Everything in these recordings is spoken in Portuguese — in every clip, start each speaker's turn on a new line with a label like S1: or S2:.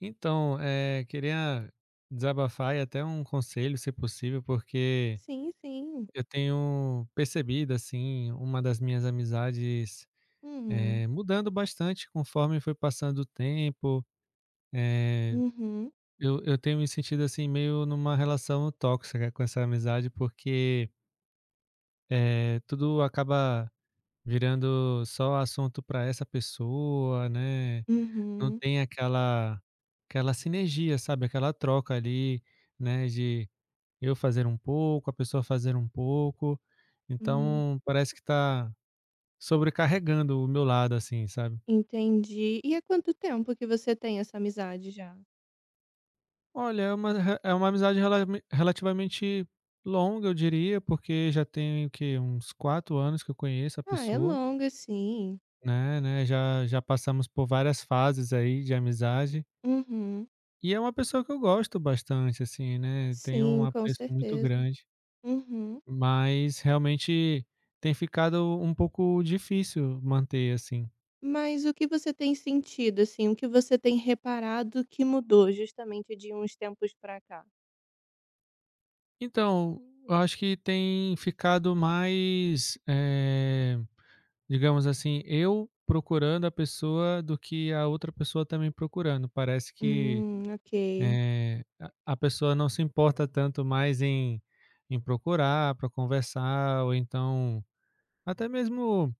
S1: Então, queria desabafar e até um conselho, se possível, porque
S2: Sim, sim.
S1: eu tenho percebido, assim, uma das minhas amizades,
S2: Uhum,
S1: mudando bastante conforme foi passando o tempo. Eh,
S2: uhum,
S1: eu tenho me sentido, assim, meio numa relação tóxica com essa amizade, porque, tudo acaba virando só assunto para essa pessoa, né? Não
S2: uhum,
S1: tem aquela sinergia, sabe, aquela troca ali, né, de eu fazer um pouco, a pessoa fazer um pouco,
S2: hum,
S1: então parece que tá sobrecarregando o meu lado, assim, sabe.
S2: entendi. E há quanto tempo que você tem essa amizade já?
S1: Olha, é uma re é uma amizade relame relativamente longa, eu diria, porque já tem o quê? Uns 4 anos que eu conheço a
S2: Ah, é
S1: pessoa,
S2: longa, sim.
S1: né, já passamos por várias fases aí de amizade,
S2: Uhum.
S1: e é uma pessoa que eu gosto bastante, assim, né, tenho um
S2: Sim, com
S1: apreço muito
S2: certeza.
S1: grande.
S2: Uhum.
S1: Mas realmente tem ficado um pouco difícil manter, assim.
S2: Mas o que você tem sentido, assim, o que você tem reparado que mudou justamente de uns tempos pra cá?
S1: Então, eu acho que tem ficado mais, digamos assim, eu procurando a pessoa do que a outra pessoa também procurando. Parece que,
S2: Ok.
S1: a pessoa não se importa tanto mais em procurar para conversar ou então até mesmo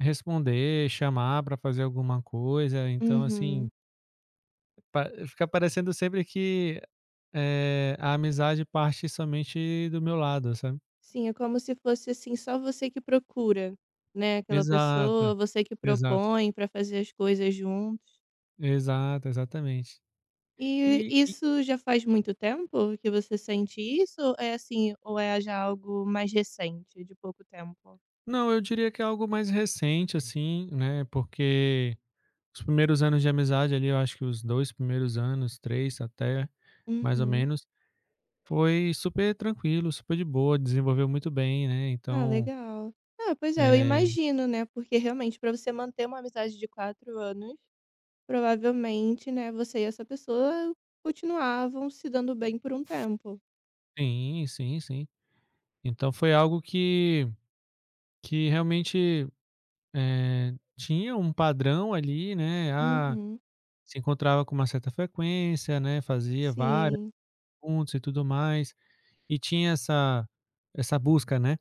S1: responder, chamar para fazer alguma coisa. Então, assim.
S2: Uhum.
S1: Pa Fica parecendo sempre que, a amizade parte somente do meu lado, sabe.
S2: Sim, é como se fosse, assim, só você que procura, né, aquela pessoa,
S1: Exato,
S2: você que
S1: exato,
S2: propõe para fazer as coisas juntos.
S1: exato, exatamente.
S2: E
S1: E e
S2: isso já faz muito tempo que você sente isso? Ou é assim, ou é já algo mais recente, de pouco tempo?
S1: não, eu diria que é algo mais recente, assim, né, porque os primeiros anos de amizade ali, eu acho que os 2 primeiros anos, 3 até, mais ou
S2: Uhum.
S1: menos, foi super tranquilo, super de boa, desenvolveu muito bem, né,
S2: Ah,
S1: então,
S2: legal. Ah, pois é, eu
S1: eh
S2: imagino, né, porque realmente para você manter uma amizade de 4 anos, provavelmente, né, você e essa pessoa continuavam se dando bem por um tempo.
S1: sim, sim, sim. Então foi algo que realmente tinha um padrão ali, né, ah,
S2: Uhum.
S1: se encontrava com uma certa frequência, né, fazia várias
S2: Sim.
S1: juntos e tudo mais, e tinha essa busca, né.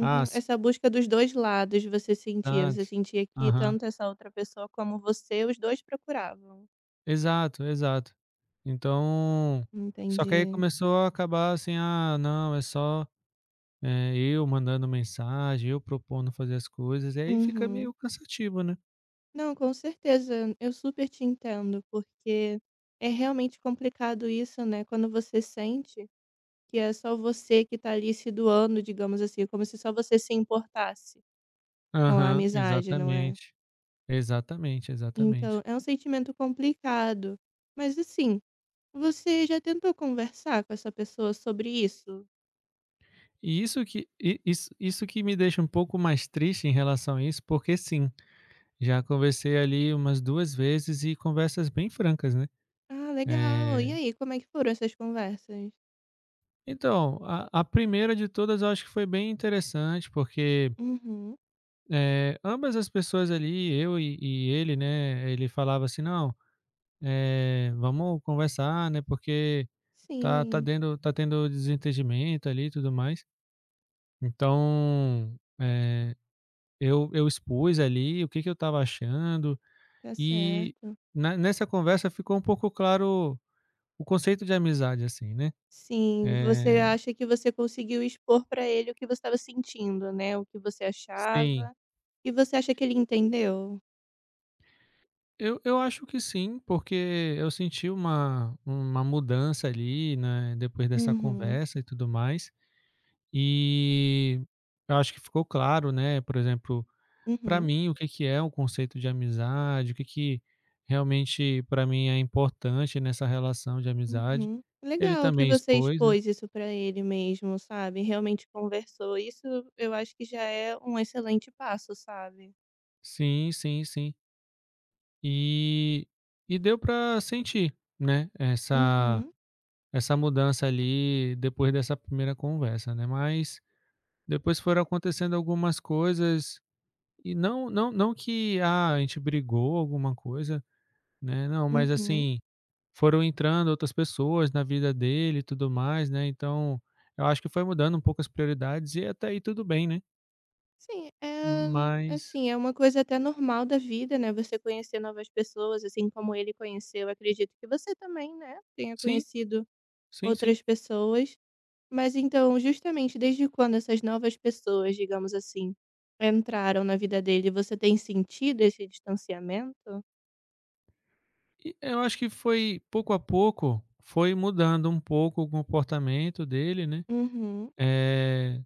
S1: Ah, sim,
S2: Essa busca dos 2 lados você sentia? Você
S1: exato.
S2: sentia que
S1: Aham.
S2: tanto essa outra pessoa como você, os 2 procuravam?
S1: Exato, exato. Então, só que aí
S2: Entendi.
S1: começou a acabar assim: "Ah, não, é só, eu mandando mensagem, eu propondo fazer as coisas", e aí fica
S2: Uhum.
S1: meio cansativo, né.
S2: Não, com certeza, eu super te entendo, porque é realmente complicado isso, né, quando você sente que é só você que tá ali se doando, digamos assim, é como se só você se importasse com a
S1: Aham,
S2: amizade, não é?
S1: exatamente. Exatamente,
S2: Então,
S1: exatamente.
S2: é um sentimento complicado. Mas assim, você já tentou conversar com essa pessoa sobre isso?
S1: E isso que me deixa um pouco mais triste em relação a isso, porque sim, já conversei ali umas 2 vezes e conversas bem francas, né.
S2: Ah, legal. E
S1: Eh,
S2: aí, como é que foram essas conversas?
S1: então, a primeira de todas eu acho que foi bem interessante, porque,
S2: Uhum.
S1: ambas as pessoas ali, eu e ele, né, ele falava assim: "Não, vamos conversar, né, porque tá tá
S2: Sim,
S1: dendo tá tendo desentendimento ali e tudo mais". Então, eu expus ali o que que eu estava achando
S2: tá
S1: e
S2: certo.
S1: na nessa conversa ficou um pouco claro o conceito de amizade, assim, né.
S2: Sim, você
S1: Eh,
S2: acha que você conseguiu expor pra ele o que você estava sentindo, né, o que você
S1: sim,
S2: achava, e você acha que ele entendeu?
S1: eu acho que sim, porque eu senti uma mudança ali, né, depois dessa
S2: Uhum,
S1: conversa e tudo mais, e eu acho que ficou claro, né, por exemplo, para
S2: uhum,
S1: mim o que que é um conceito de amizade, o que que realmente para mim é importante nessa relação de amizade.
S2: uhum.
S1: Ele
S2: Legal que
S1: também
S2: você
S1: expôs, né.
S2: expôs isso pra ele mesmo, sabe, realmente conversou, isso eu acho que já é um excelente passo, sabe.
S1: Sim, sim, sim. E e deu pra sentir, né, essa
S2: Uhum,
S1: essa mudança ali depois dessa primeira conversa, né, mas depois foram acontecendo algumas coisas e não que, ah, a gente brigou alguma coisa, né, não, mas
S2: uhum.
S1: assim, foram entrando outras pessoas na vida dele e tudo mais, né, então eu acho que foi mudando um pouco as prioridades e até aí tudo bem, né,
S2: Sim, é
S1: mas
S2: assim, é uma coisa até normal da vida, né, você conhecer novas pessoas, assim como ele conheceu, acredito que você também, né, tenha
S1: sim,
S2: conhecido
S1: sim, sim.
S2: outras pessoas. Mas então, justamente desde quando essas novas pessoas, digamos assim, entraram na vida dele, você tem sentido esse distanciamento?
S1: E eu acho que foi pouco a pouco, foi mudando um pouco o comportamento dele, né.
S2: Uhum,
S1: Eh,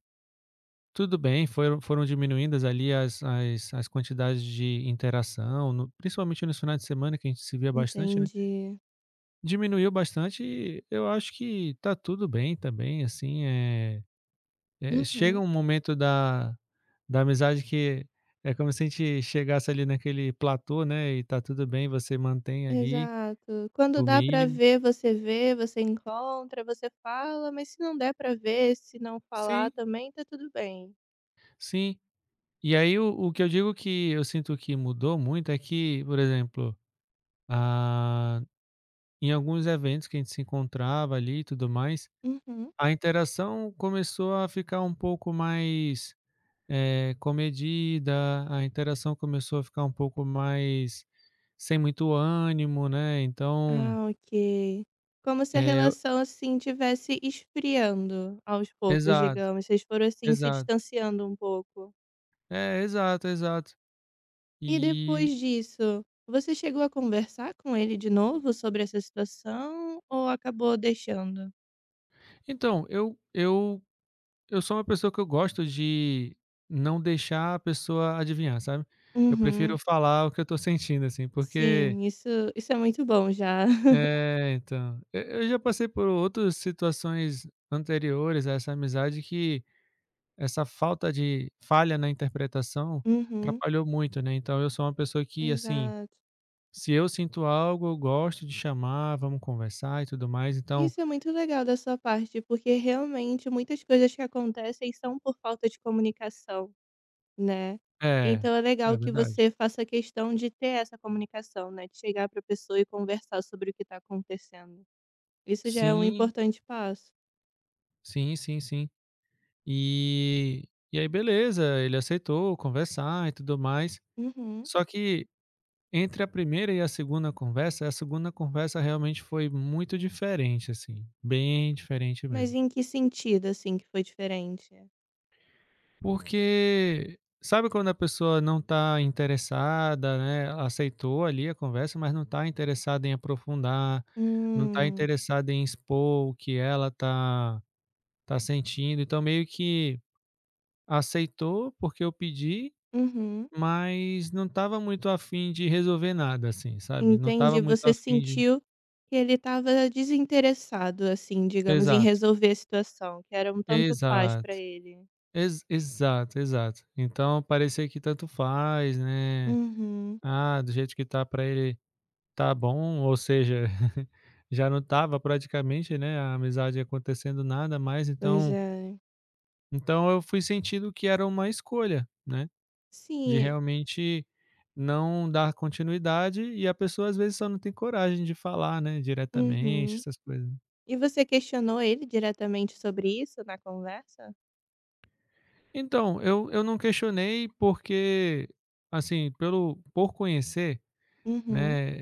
S1: Tudo bem, foram diminuídas ali as quantidades de interação, no principalmente nos finais de semana que a gente se via bastante, né.
S2: entendi.
S1: Diminuiu bastante e eu acho que está tudo bem também, assim, chega
S2: Uhum.
S1: um momento da amizade que é como se a gente chegasse ali naquele platô, né, e está tudo bem, você mantém ali
S2: Exato. Quando
S1: o
S2: dá pra
S1: mínimo.
S2: ver, você vê, você encontra, você fala, mas se não der pra ver, se não falar
S1: Sim,
S2: também, tá tudo bem.
S1: sim. E aí o que eu digo que eu sinto que mudou muito é que, por exemplo, ah, em alguns eventos que a gente se encontrava ali e tudo mais,
S2: Uhum.
S1: a interação começou a ficar um pouco mais, comedida, a interação começou a ficar um pouco mais sem muito ânimo, né, então,
S2: Ah, ok. Como se a
S1: eh
S2: relação, assim, tivesse esfriando aos poucos,
S1: exato,
S2: digamos. Vocês foram, assim, se
S1: exato.
S2: distanciando um pouco.
S1: É, exato, exato.
S2: E
S1: E
S2: depois disso, você chegou a conversar com ele de novo sobre essa situação ou acabou deixando?
S1: então, Eu sou uma pessoa que eu gosto de não deixar a pessoa adivinhar, sabe. Eu
S2: Uhum.
S1: prefiro falar o que eu tô sentindo, assim, porque
S2: Sim, isso é muito bom já.
S1: é, então, eu já passei por outras situações anteriores a essa amizade que essa falta de falha na interpretação
S2: Uhum.
S1: atrapalhou muito, né. Então eu sou uma pessoa que, assim,
S2: Exato.
S1: se eu sinto algo, eu gosto de chamar, vamos conversar e tudo mais, então
S2: Isso é muito legal da sua parte, porque realmente muitas coisas que acontecem são por falta de comunicação, né.
S1: é,
S2: Então é
S1: é
S2: legal que
S1: verdade.
S2: você faça questão de ter essa comunicação, né, de chegar para a pessoa e conversar sobre o que está acontecendo. Isso já é um
S1: Sim,
S2: importante passo.
S1: sim, sim, sim. E e aí beleza, ele aceitou conversar e tudo mais.
S2: Uhum.
S1: Só que entre a primeira e a segunda conversa realmente foi muito diferente, assim, bem diferente
S2: Mas
S1: mesmo.
S2: em que sentido, assim, que foi diferente?
S1: Hum. Porque sabe quando a pessoa não está interessada, né, aceitou ali a conversa, mas não está interessada em aprofundar, não está
S2: Hum.
S1: interessada em expor o que ela tá sentindo, então meio que aceitou porque eu pedi.
S2: Uhum.
S1: Mas não estava muito afim de resolver nada, assim, sabe, não estava
S2: Entendi.
S1: muito
S2: Você
S1: afim de
S2: sentiu que ele estava desinteressado, assim, digamos, em
S1: exato,
S2: resolver a situação, que era um tanto faz para
S1: exato,
S2: ele.
S1: ex exato, exato. Então parecia que tanto faz, né,
S2: Uhum.
S1: ah, do jeito que tá pra ele tá bom, ou seja, já não estava praticamente, né, a amizade acontecendo nada mais,
S2: Pois
S1: então
S2: é.
S1: eu fui sentindo que era uma escolha, né, de
S2: Sim.
S1: realmente não dar continuidade e a pessoa às vezes só não tem coragem de falar, né, diretamente,
S2: Uhum.
S1: essas coisas.
S2: E você questionou ele diretamente sobre isso na conversa?
S1: Então, eu não questionei porque, assim, pelo por conhecer,
S2: Uhum.
S1: né,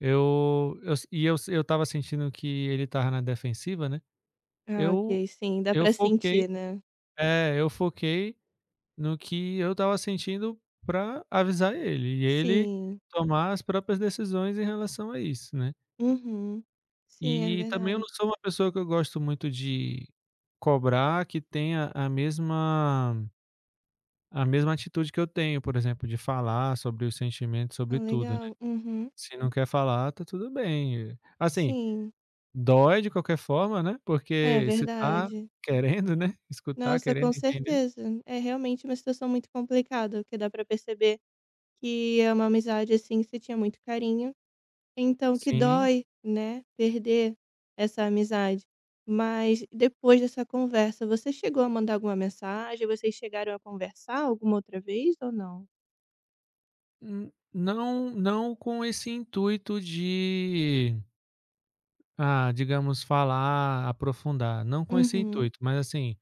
S1: eu s e eu s eu estava sentindo que ele estava na defensiva, né,
S2: Ah,
S1: eu
S2: ok. Sim, dá
S1: eu
S2: pra
S1: foquei
S2: sentir, né.
S1: eu foquei no que eu estava sentindo pra avisar ele, e ele
S2: Sim.
S1: tomar as próprias decisões em relação a isso, né.
S2: Uhum. Sim, é
S1: E também eu
S2: verdade.
S1: não sou uma pessoa que eu gosto muito de cobrar que tenha a mesma atitude que eu tenho, por exemplo, de falar sobre os sentimentos,
S2: Ah,
S1: sobre tudo, né.
S2: legal. Uhum.
S1: Se não quer falar, tá tudo bem. Assim,
S2: Sim.
S1: dói de qualquer forma, né,
S2: É
S1: porque você tá
S2: verdade.
S1: querendo, né, escutar,
S2: Nossa, com
S1: querendo entender.
S2: certeza. É realmente uma situação muito complicada, porque dá pra perceber que é uma amizade, assim, que você tinha muito carinho. Então, que
S1: Sim.
S2: dói, né, perder essa amizade. Mas depois dessa conversa, você chegou a mandar alguma mensagem? Vocês chegaram a conversar alguma outra vez ou não?
S1: N não não com esse intuito de, ah, digamos, falar, aprofundar, não com esse
S2: Uhum,
S1: intuito, mas assim,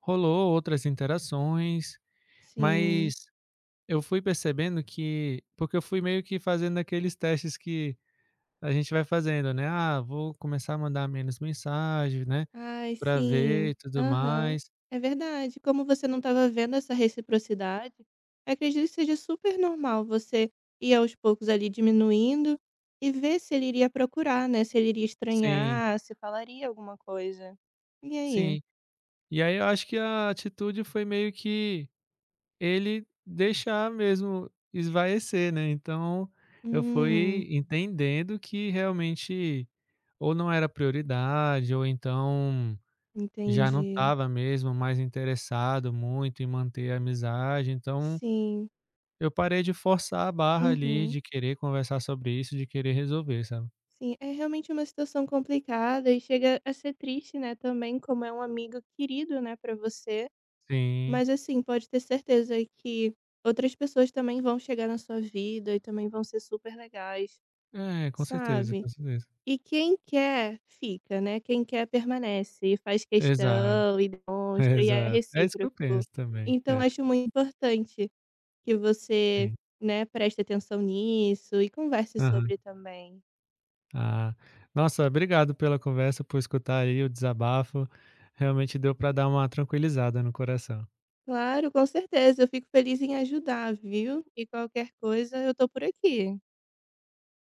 S1: rolou outras interações,
S2: sim.
S1: mas eu fui percebendo que porque eu fui meio que fazendo aqueles testes que a gente vai fazendo, né, "Ah, vou começar a mandar menos mensagens, né,
S2: Ai,
S1: pra ver
S2: sim.
S1: e tudo
S2: Aham.
S1: mais".
S2: É verdade. Como você não estava vendo essa reciprocidade, eu acredito que seja super normal você ir aos poucos ali diminuindo e ver se ele iria procurar, né? Se ele iria
S1: Sim,
S2: estranhar, se falaria alguma coisa. E aí?
S1: sim. E aí eu acho que a atitude foi meio que ele deixar mesmo esvaecer, né, então eu
S2: Hum.
S1: fui entendendo que realmente ou não era prioridade ou então já não
S2: Entendi.
S1: estava mesmo mais interessado muito em manter a amizade, então
S2: Sim.
S1: eu parei de forçar a barra ali,
S2: Uhum.
S1: de querer conversar sobre isso, de querer resolver, sabe.
S2: Sim, é realmente uma situação complicada e chega a ser triste, né, também, como é um amigo querido, né, pra você.
S1: Sim.
S2: Mas, assim, pode ter certeza que outras pessoas também vão chegar na sua vida e também vão ser super legais,
S1: É, com certeza,
S2: sabe.
S1: com certeza.
S2: E quem quer, fica, né, quem quer permanece e faz
S1: Exato,
S2: questão e demonstra e é
S1: exato. É isso que eu
S2: recíproco.
S1: penso também.
S2: Então
S1: É,
S2: acho muito importante. Que você,
S1: sim.
S2: né, preste atenção nisso e converse
S1: Aham.
S2: sobre também.
S1: Ah, nossa, obrigado pela conversa, por escutar aí o desabafo. Realmente deu para dar uma tranquilizada no coração.
S2: Claro, com certeza, eu fico feliz em ajudar, viu. E qualquer coisa eu tô por aqui.